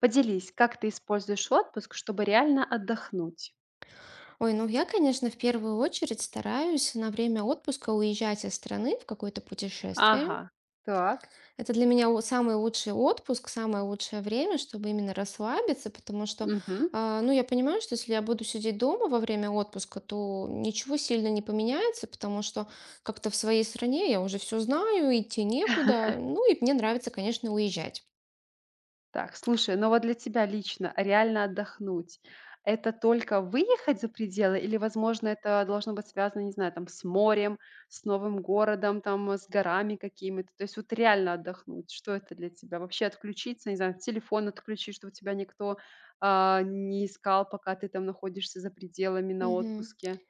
Поделись, как ты используешь отпуск, чтобы реально отдохнуть? Ой, ну я, конечно, в первую очередь стараюсь на время отпуска уезжать из страны в какое-то путешествие. Ага, так. Это для меня самый лучший отпуск, самое лучшее время, чтобы именно расслабиться, потому что, Мгм. Ну, я понимаю, что если я буду сидеть дома во время отпуска, то ничего сильно не поменяется, потому что как-то в своей стране я уже все знаю, идти некуда. Ну и мне нравится, конечно, уезжать. Так, слушай, ну вот для тебя лично реально отдохнуть — это только выехать за пределы или, возможно, это должно быть связано, не знаю, там, с морем, с новым городом, там, с горами какими-то? То есть вот реально отдохнуть, что это для тебя? Вообще отключиться, не знаю, телефон отключить, чтобы тебя никто, не искал, пока ты там находишься за пределами на Мгм. отпуске?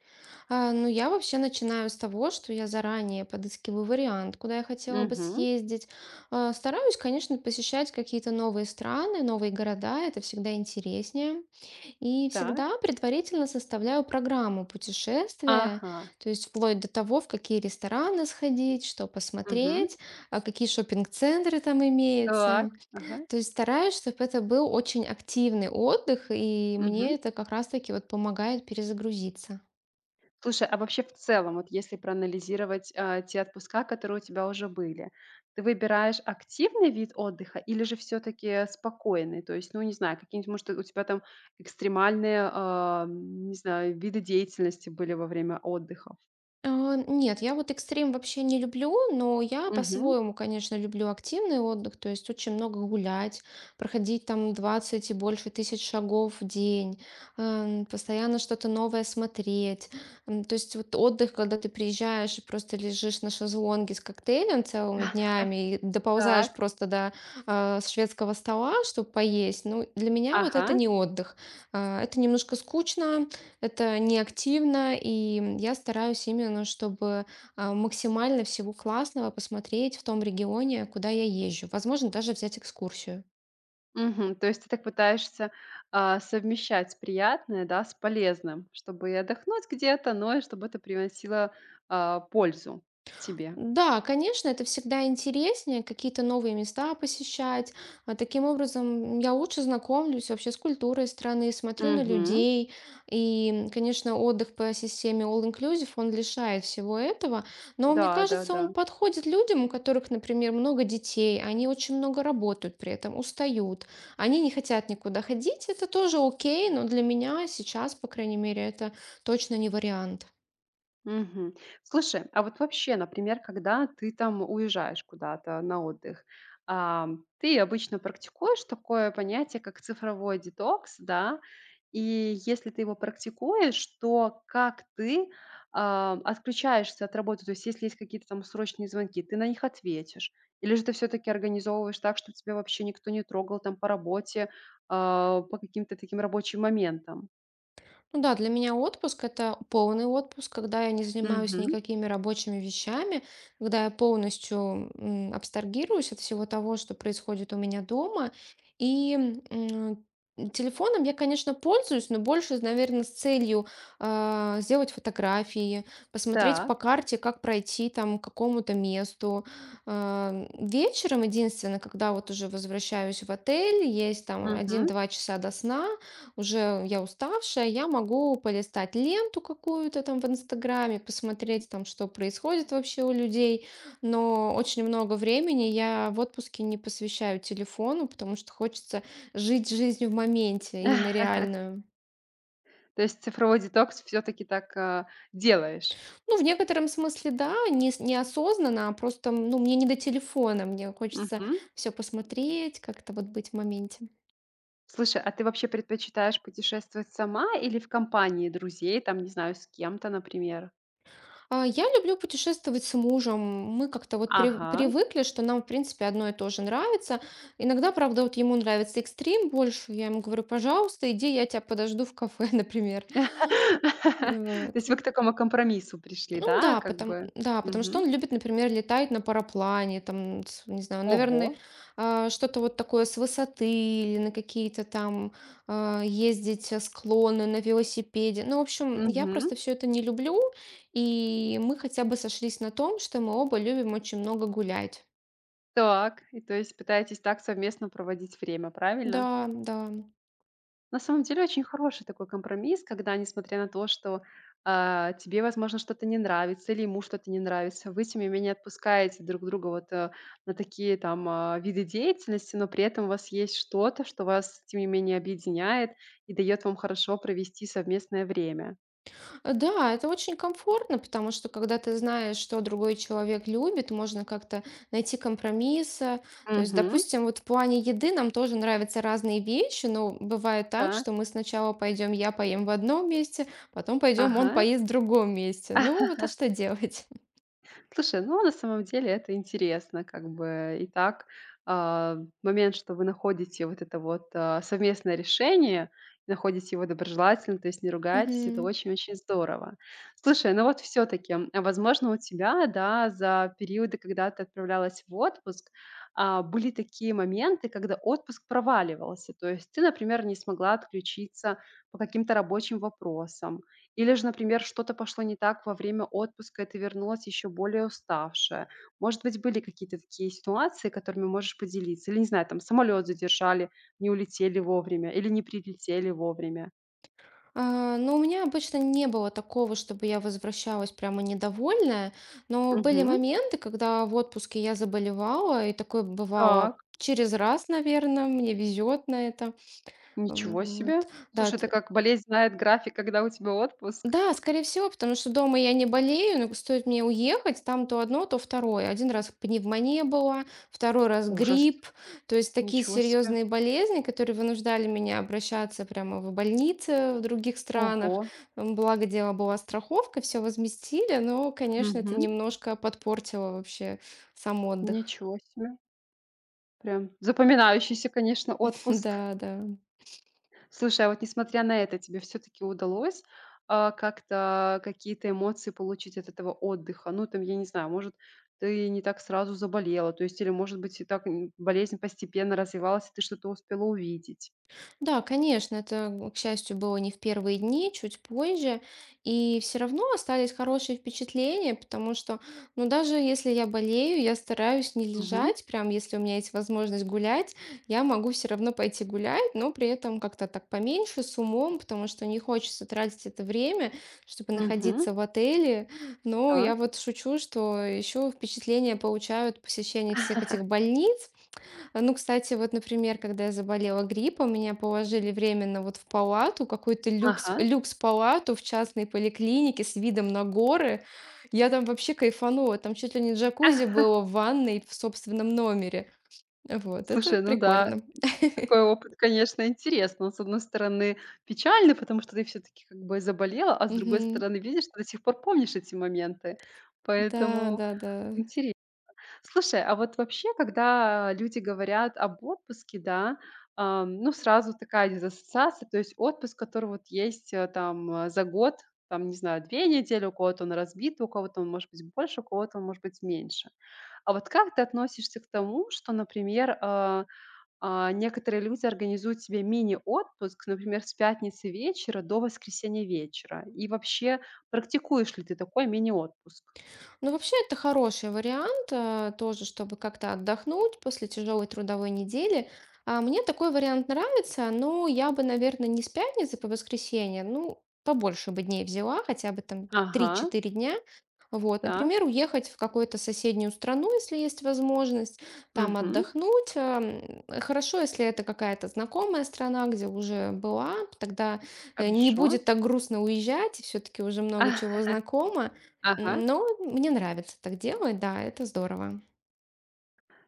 Ну, я вообще начинаю с того, что я заранее подыскиваю вариант, куда я хотела бы Угу. съездить. Стараюсь, конечно, посещать какие-то новые страны, новые города, это всегда интереснее. И Так. всегда предварительно составляю программу путешествия, Ага. то есть вплоть до того, в какие рестораны сходить, что Мгм. посмотреть, а какие шопинг-центры там имеются. Так. Ага. То есть стараюсь, чтобы это был очень активный отдых, и мне Мгм. это как раз-таки вот помогает перезагрузиться. Слушай, а вообще в целом, вот если проанализировать, те отпуска, которые у тебя уже были, ты выбираешь активный вид отдыха или же все таки спокойный? То есть, ну, не знаю, какие-нибудь, может, у тебя там экстремальные, не знаю, виды деятельности были во время отдыха? Нет, я вот экстрим вообще не люблю, но я Мгм. по-своему, конечно, люблю активный отдых, то есть очень много гулять, проходить там 20 и больше тысяч шагов в день, постоянно что-то новое смотреть. То есть вот отдых, когда ты приезжаешь и просто лежишь на шезлонге с коктейлем целыми днями и доползаешь Так. просто до шведского стола, чтобы поесть, ну, для меня вот Ага. это не отдых. Это немножко скучно, это неактивно, и я стараюсь именно, чтобы максимально всего классного посмотреть в том регионе, куда я езжу. Возможно, даже взять экскурсию. Мгм. То есть ты так пытаешься, совмещать приятное, да, с полезным, чтобы и отдохнуть где-то, но и чтобы это приносило, пользу тебе. Да, конечно, это всегда интереснее, какие-то новые места посещать. А таким образом, я лучше знакомлюсь вообще с культурой страны, смотрю на Мгм. людей. И, конечно, отдых по системе All Inclusive, он лишает всего этого. Но мне Да, кажется, да-да. он подходит людям, у которых, например, много детей, они очень много работают при этом, устают. Они не хотят никуда ходить, это тоже окей, но для меня сейчас, по крайней мере, это точно не вариант. Мгм. Слушай, а вот вообще, например, когда ты там уезжаешь куда-то на отдых, ты обычно практикуешь такое понятие, как цифровой детокс, да? И если ты его практикуешь, то как ты, отключаешься от работы? То есть если есть какие-то там срочные звонки, ты на них ответишь? Или же ты все таки организовываешь так, чтобы тебя вообще никто не трогал там по работе, по каким-то таким рабочим моментам? Ну да, для меня отпуск это полный отпуск, когда я не занимаюсь Мгм. никакими рабочими вещами, когда я полностью абстрагируюсь от всего того, что происходит у меня дома. И м, телефоном я, конечно, пользуюсь, но больше, наверное, с целью сделать фотографии, посмотреть по Так. карте, как пройти там к какому-то месту. Вечером единственное, когда вот уже возвращаюсь в отель, есть там Мгм. 1-2 часа до сна, уже я уставшая, я могу полистать ленту какую-то там в Инстаграме, посмотреть там, что происходит вообще у людей. Но очень много времени я в отпуске не посвящаю телефону, потому что хочется жить жизнью в моменте, именно реальную. То есть цифровой детокс все таки так, делаешь. Ну, в некотором смысле, да, не, неосознанно, а просто, ну, мне не до телефона, мне хочется Мгм. все посмотреть, как-то вот быть в моменте. Слушай, а ты вообще предпочитаешь путешествовать сама или в компании друзей, там, не знаю, с кем-то, например? Я люблю путешествовать с мужем. Мы как-то вот Ага. привыкли, что нам, в принципе, одно и то же нравится. Иногда, правда, вот ему нравится экстрим больше. Я ему говорю, пожалуйста, иди, я тебя подожду в кафе, например. То Вот. есть вы к такому компромиссу пришли, Ну да, да, как бы? Потому что Мгм. он любит, например, летать на параплане, там, не знаю, наверное, Ого. Что-то вот такое с высоты или на какие-то там ездить склоны на велосипеде. Ну, в общем, я Мгм. просто все это не люблю, и мы хотя бы сошлись на том, что мы оба любим очень много гулять. Так, и то есть пытаетесь так совместно проводить время, Да, правильно? да. На самом деле очень хороший такой компромисс, когда, несмотря на то, что, тебе, возможно, что-то не нравится или ему что-то не нравится, вы, тем не менее, отпускаете друг друга вот, на такие там, виды деятельности, но при этом у вас есть что-то, что вас, тем не менее, объединяет и дает вам хорошо провести совместное время. Да, это очень комфортно, потому что когда ты знаешь, что другой человек любит, можно как-то найти компромисса. То есть, Угу. допустим, вот в плане еды нам тоже нравятся разные вещи, но бывает так, Так. что мы сначала пойдем, я поем в одном месте, потом пойдем, он Ага. поест в другом месте. Ну, вот а что делать? Слушай, ну, на самом деле это интересно, как бы и так. А, момент, что вы находите вот это вот, совместное решение, находите его доброжелательно, то есть не ругаетесь, это Мгм. очень-очень здорово. Слушай, ну вот все таки возможно, у тебя, да, за периоды, когда ты отправлялась в отпуск, были такие моменты, когда отпуск проваливался. То есть ты, например, не смогла отключиться по каким-то рабочим вопросам или же, например, что-то пошло не так во время отпуска, и ты вернулась еще более уставшая. Может быть, были какие-то такие ситуации, которыми можешь поделиться? Или, не знаю, там самолет задержали, не улетели вовремя или не прилетели вовремя? Но у меня обычно не было такого, чтобы я возвращалась прямо недовольная, но были Мгм. моменты, когда в отпуске я заболевала, и такое бывало Так, через раз, наверное, мне везет на это. ничего себе. Вот. Да, Слушай, это как болезнь знает график, когда у тебя отпуск? да, скорее всего, потому что дома я не болею, но стоит мне уехать, там то одно, то второе. Один раз пневмония была, второй раз Ужас. грипп. То есть такие Ничего себе. серьезные болезни, которые вынуждали меня обращаться прямо в больницы в других странах. Ого. Благо дело была страховка, все возместили, но, конечно, это Мгм. немножко подпортило вообще сам отдых. Ничего себе. Прям запоминающийся, конечно, отпуск. Да, да. Слушай, а вот несмотря на это, тебе все таки удалось, как-то какие-то эмоции получить от этого отдыха? Ну, там, я не знаю, может, ты не так сразу заболела, то есть или, может быть, и так, болезнь постепенно развивалась, и ты что-то успела увидеть? Да, конечно, это, к счастью, было не в первые дни, чуть позже, и все равно остались хорошие впечатления, потому что, ну, даже если я болею, я стараюсь не Мгм. лежать, прям если у меня есть возможность гулять, я могу все равно пойти гулять, но при этом как-то так поменьше, с умом, потому что не хочется тратить это время, чтобы Мгм. находиться в отеле, но я Так. вот шучу, что еще впечатления получают посещение всех этих больниц, ну, кстати, вот, например, когда я заболела гриппом, меня положили временно вот в палату, какую-то люкс, Ага. люкс-палату в частной поликлинике с видом на горы. Я там вообще кайфанула. Там чуть ли не джакузи было в ванной в собственном номере. Вот, это Слушай, ну да, прикольно. такой опыт, конечно, интересный. Он, с одной стороны, печальный, потому что ты все таки как бы заболела, а с другой Мгм. стороны, видишь, ты до сих пор помнишь эти моменты. Да, Поэтому да, да. интересно. Слушай, а вот вообще, когда люди говорят об отпуске, да, ну, сразу такая дезассоциация, то есть отпуск, который вот есть, там, за год, там, не знаю, 2 недели, у кого-то он разбит, у кого-то он может быть больше, у кого-то он может быть меньше. А вот как ты относишься к тому, что, например, некоторые люди организуют себе мини-отпуск, например, с пятницы вечера до воскресенья вечера? И вообще, практикуешь ли ты такой мини-отпуск? Ну, вообще, это хороший вариант, тоже, чтобы как-то отдохнуть после тяжелой трудовой недели. Мне такой вариант нравится, но я бы, наверное, не с пятницы по воскресенье, ну, побольше бы дней взяла, хотя бы там Ага, три-четыре дня, вот, так. например, уехать в какую-то соседнюю страну, если есть возможность, там отдохнуть. Хорошо, если это какая-то знакомая страна, где уже была, тогда не Хорошо. будет так грустно уезжать, и все-таки уже много А, чего знакомо. Ага. Но мне нравится так делать, да, это здорово.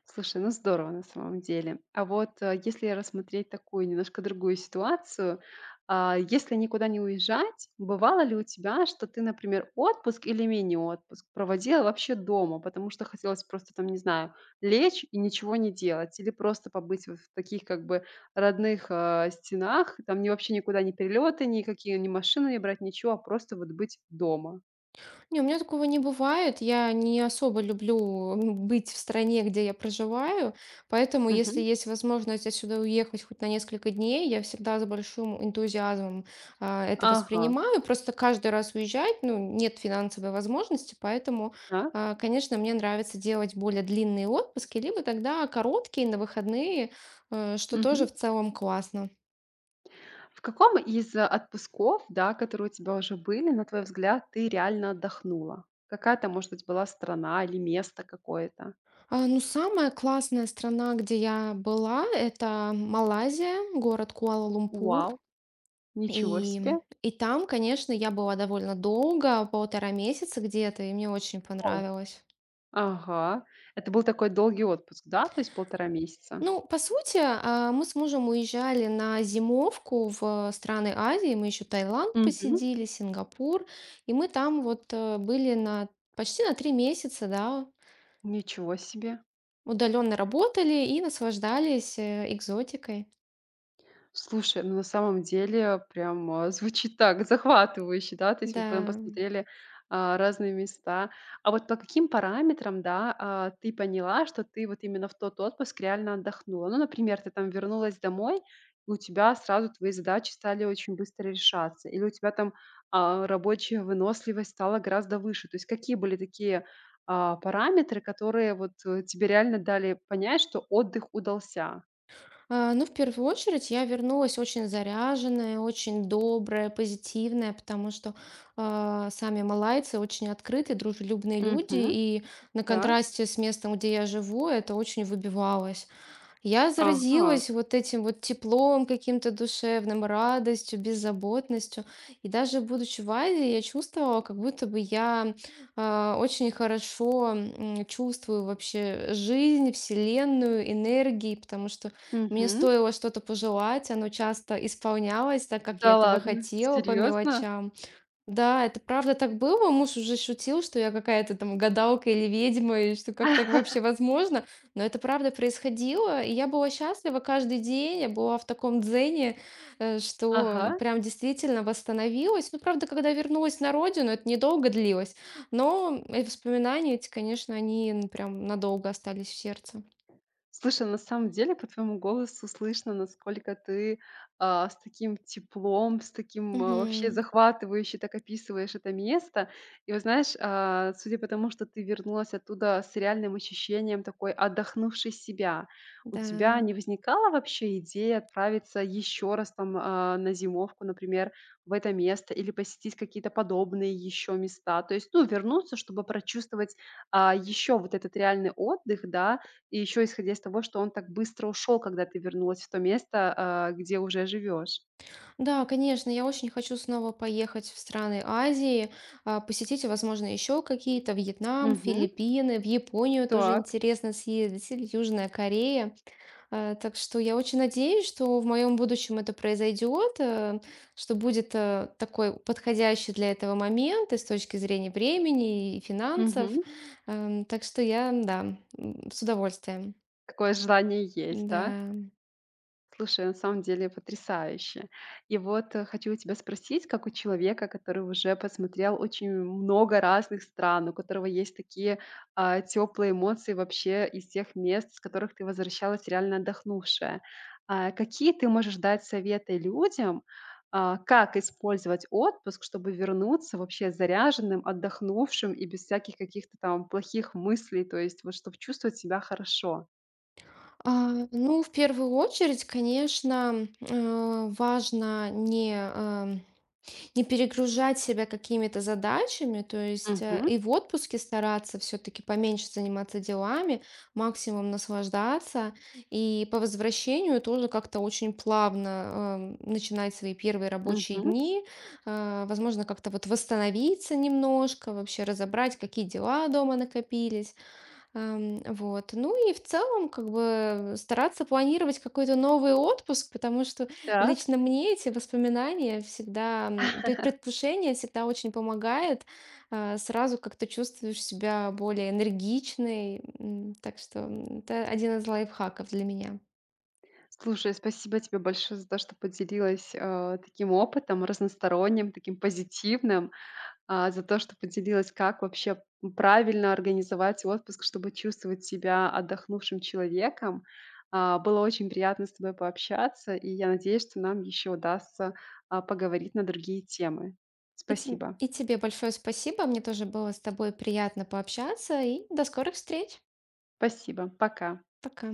Слушай, ну здорово на самом деле. А вот, если рассмотреть такую немножко другую ситуацию, если никуда не уезжать, бывало ли у тебя, что ты, например, отпуск или мини-отпуск проводила вообще дома, потому что хотелось просто там, не знаю, лечь и ничего не делать, или просто побыть вот в таких как бы родных, стенах, там ни вообще никуда не перелеты никакие, ни машины не брать, ничего, а просто вот быть дома? Не, у меня такого не бывает. Я не особо люблю быть в стране, где я проживаю, поэтому, если Мгм. есть возможность отсюда уехать хоть на несколько дней, я всегда с большим энтузиазмом это Ага. воспринимаю. Просто каждый раз уезжать, ну, нет финансовой возможности, поэтому, Так. Конечно, мне нравится делать более длинные отпуски, либо тогда короткие на выходные, что тоже в целом классно. В каком из отпусков, да, которые у тебя уже были, на твой взгляд, ты реально отдохнула? Какая-то, может быть, была страна или место какое-то? Ну, самая классная страна, где я была, это Малайзия, город Куала-Лумпур. Вау, ничего И, себе. и там, конечно, я была довольно долго, 1,5 месяца где-то, и мне очень Вау. понравилось. Ага. Это был такой долгий отпуск, да? То есть полтора месяца? Ну, по сути, мы с мужем уезжали на зимовку в страны Азии. Мы еще Таиланд Мгм. посидели, Сингапур. И мы там вот были на почти на 3 месяца, да, Ничего себе. удаленно работали и наслаждались экзотикой. Слушай, ну, на самом деле прям, звучит так захватывающе, да. То есть вы потом Да. посмотрели, разные места. А вот по каким параметрам, да, ты поняла, что ты вот именно в тот отпуск реально отдохнула? Ну, например, ты там вернулась домой, и у тебя сразу твои задачи стали очень быстро решаться, или у тебя там, рабочая выносливость стала гораздо выше. То есть какие были такие, параметры, которые вот, тебе реально дали понять, что отдых удался? Ну, в первую очередь, я вернулась очень заряженная, очень добрая, позитивная, потому что сами малайцы очень открытые, дружелюбные люди, Угу, и на да. контрасте с местом, где я живу, это очень выбивалось. Я Ага. заразилась вот этим вот теплом каким-то душевным, радостью, беззаботностью. И даже будучи в Азии, я чувствовала, как будто бы я очень хорошо чувствую вообще жизнь, вселенную, энергии, потому что мне Мгм. стоило что-то пожелать, оно часто исполнялось так, как я Да этого ладно? хотела по Серьезно? мелочам. Да, это правда так было. Муж уже шутил, что я какая-то там гадалка или ведьма, и что как так вообще возможно. Но это правда происходило, и я была счастлива каждый день. Я была в таком дзене, Ага. что прям действительно восстановилась. Ну, правда, когда вернулась на родину, это недолго длилось. Но эти воспоминания эти, конечно, они прям надолго остались в сердце. Слушай, на самом деле по твоему голосу слышно, насколько ты, с таким теплом, с таким, вообще Мгм. захватывающе так описываешь это место. И вот знаешь, судя по тому, что ты вернулась оттуда с реальным ощущением такой отдохнувшей себя, у тебя Да. не возникала вообще идея отправиться еще раз там, на зимовку, например, в это место или посетить какие-то подобные еще места? То есть, ну, вернуться, чтобы прочувствовать, еще вот этот реальный отдых, да, и еще исходя из того, что он так быстро ушел, когда ты вернулась в то место, где уже живешь. Да, конечно, я очень хочу снова поехать в страны Азии, посетить, возможно, еще какие-то Вьетнам, Мгм. Филиппины, в Японию тоже Так. интересно съездить, или Южная Корея. Так что я очень надеюсь, что в моем будущем это произойдет, что будет такой подходящий для этого момент и с точки зрения времени и финансов. Мгм. Так что я, да, с удовольствием. Такое желание есть, да? Да. Слушай, на самом деле потрясающе. И вот, хочу у тебя спросить, как у человека, который уже посмотрел очень много разных стран, у которого есть такие, теплые эмоции вообще из тех мест, с которых ты возвращалась реально отдохнувшая. Какие ты можешь дать советы людям, как использовать отпуск, чтобы вернуться вообще заряженным, отдохнувшим и без всяких каких-то там плохих мыслей, то есть вот чтобы чувствовать себя хорошо? Ну, в первую очередь, конечно, важно не перегружать себя какими-то задачами, то есть Угу, и в отпуске стараться все-таки поменьше заниматься делами, максимум наслаждаться, и по возвращению тоже как-то очень плавно начинать свои первые рабочие угу. дни, возможно, как-то вот восстановиться немножко, вообще разобрать, какие дела дома накопились. Вот. Ну и в целом, как бы, стараться планировать какой-то новый отпуск, потому что Так. лично мне эти воспоминания всегда, предвкушение всегда очень помогает. Сразу как-то чувствуешь себя более энергичной. Так что это один из лайфхаков для меня. Слушай, спасибо тебе большое за то, что поделилась, таким опытом разносторонним, таким позитивным, за то, что поделилась, как вообще, правильно организовать отпуск, чтобы чувствовать себя отдохнувшим человеком. Было очень приятно с тобой пообщаться, и я надеюсь, что нам еще удастся, поговорить на другие темы. И, тем- Спасибо. и тебе большое спасибо. Мне тоже было с тобой приятно пообщаться. И до скорых встреч. Спасибо. Пока. Пока.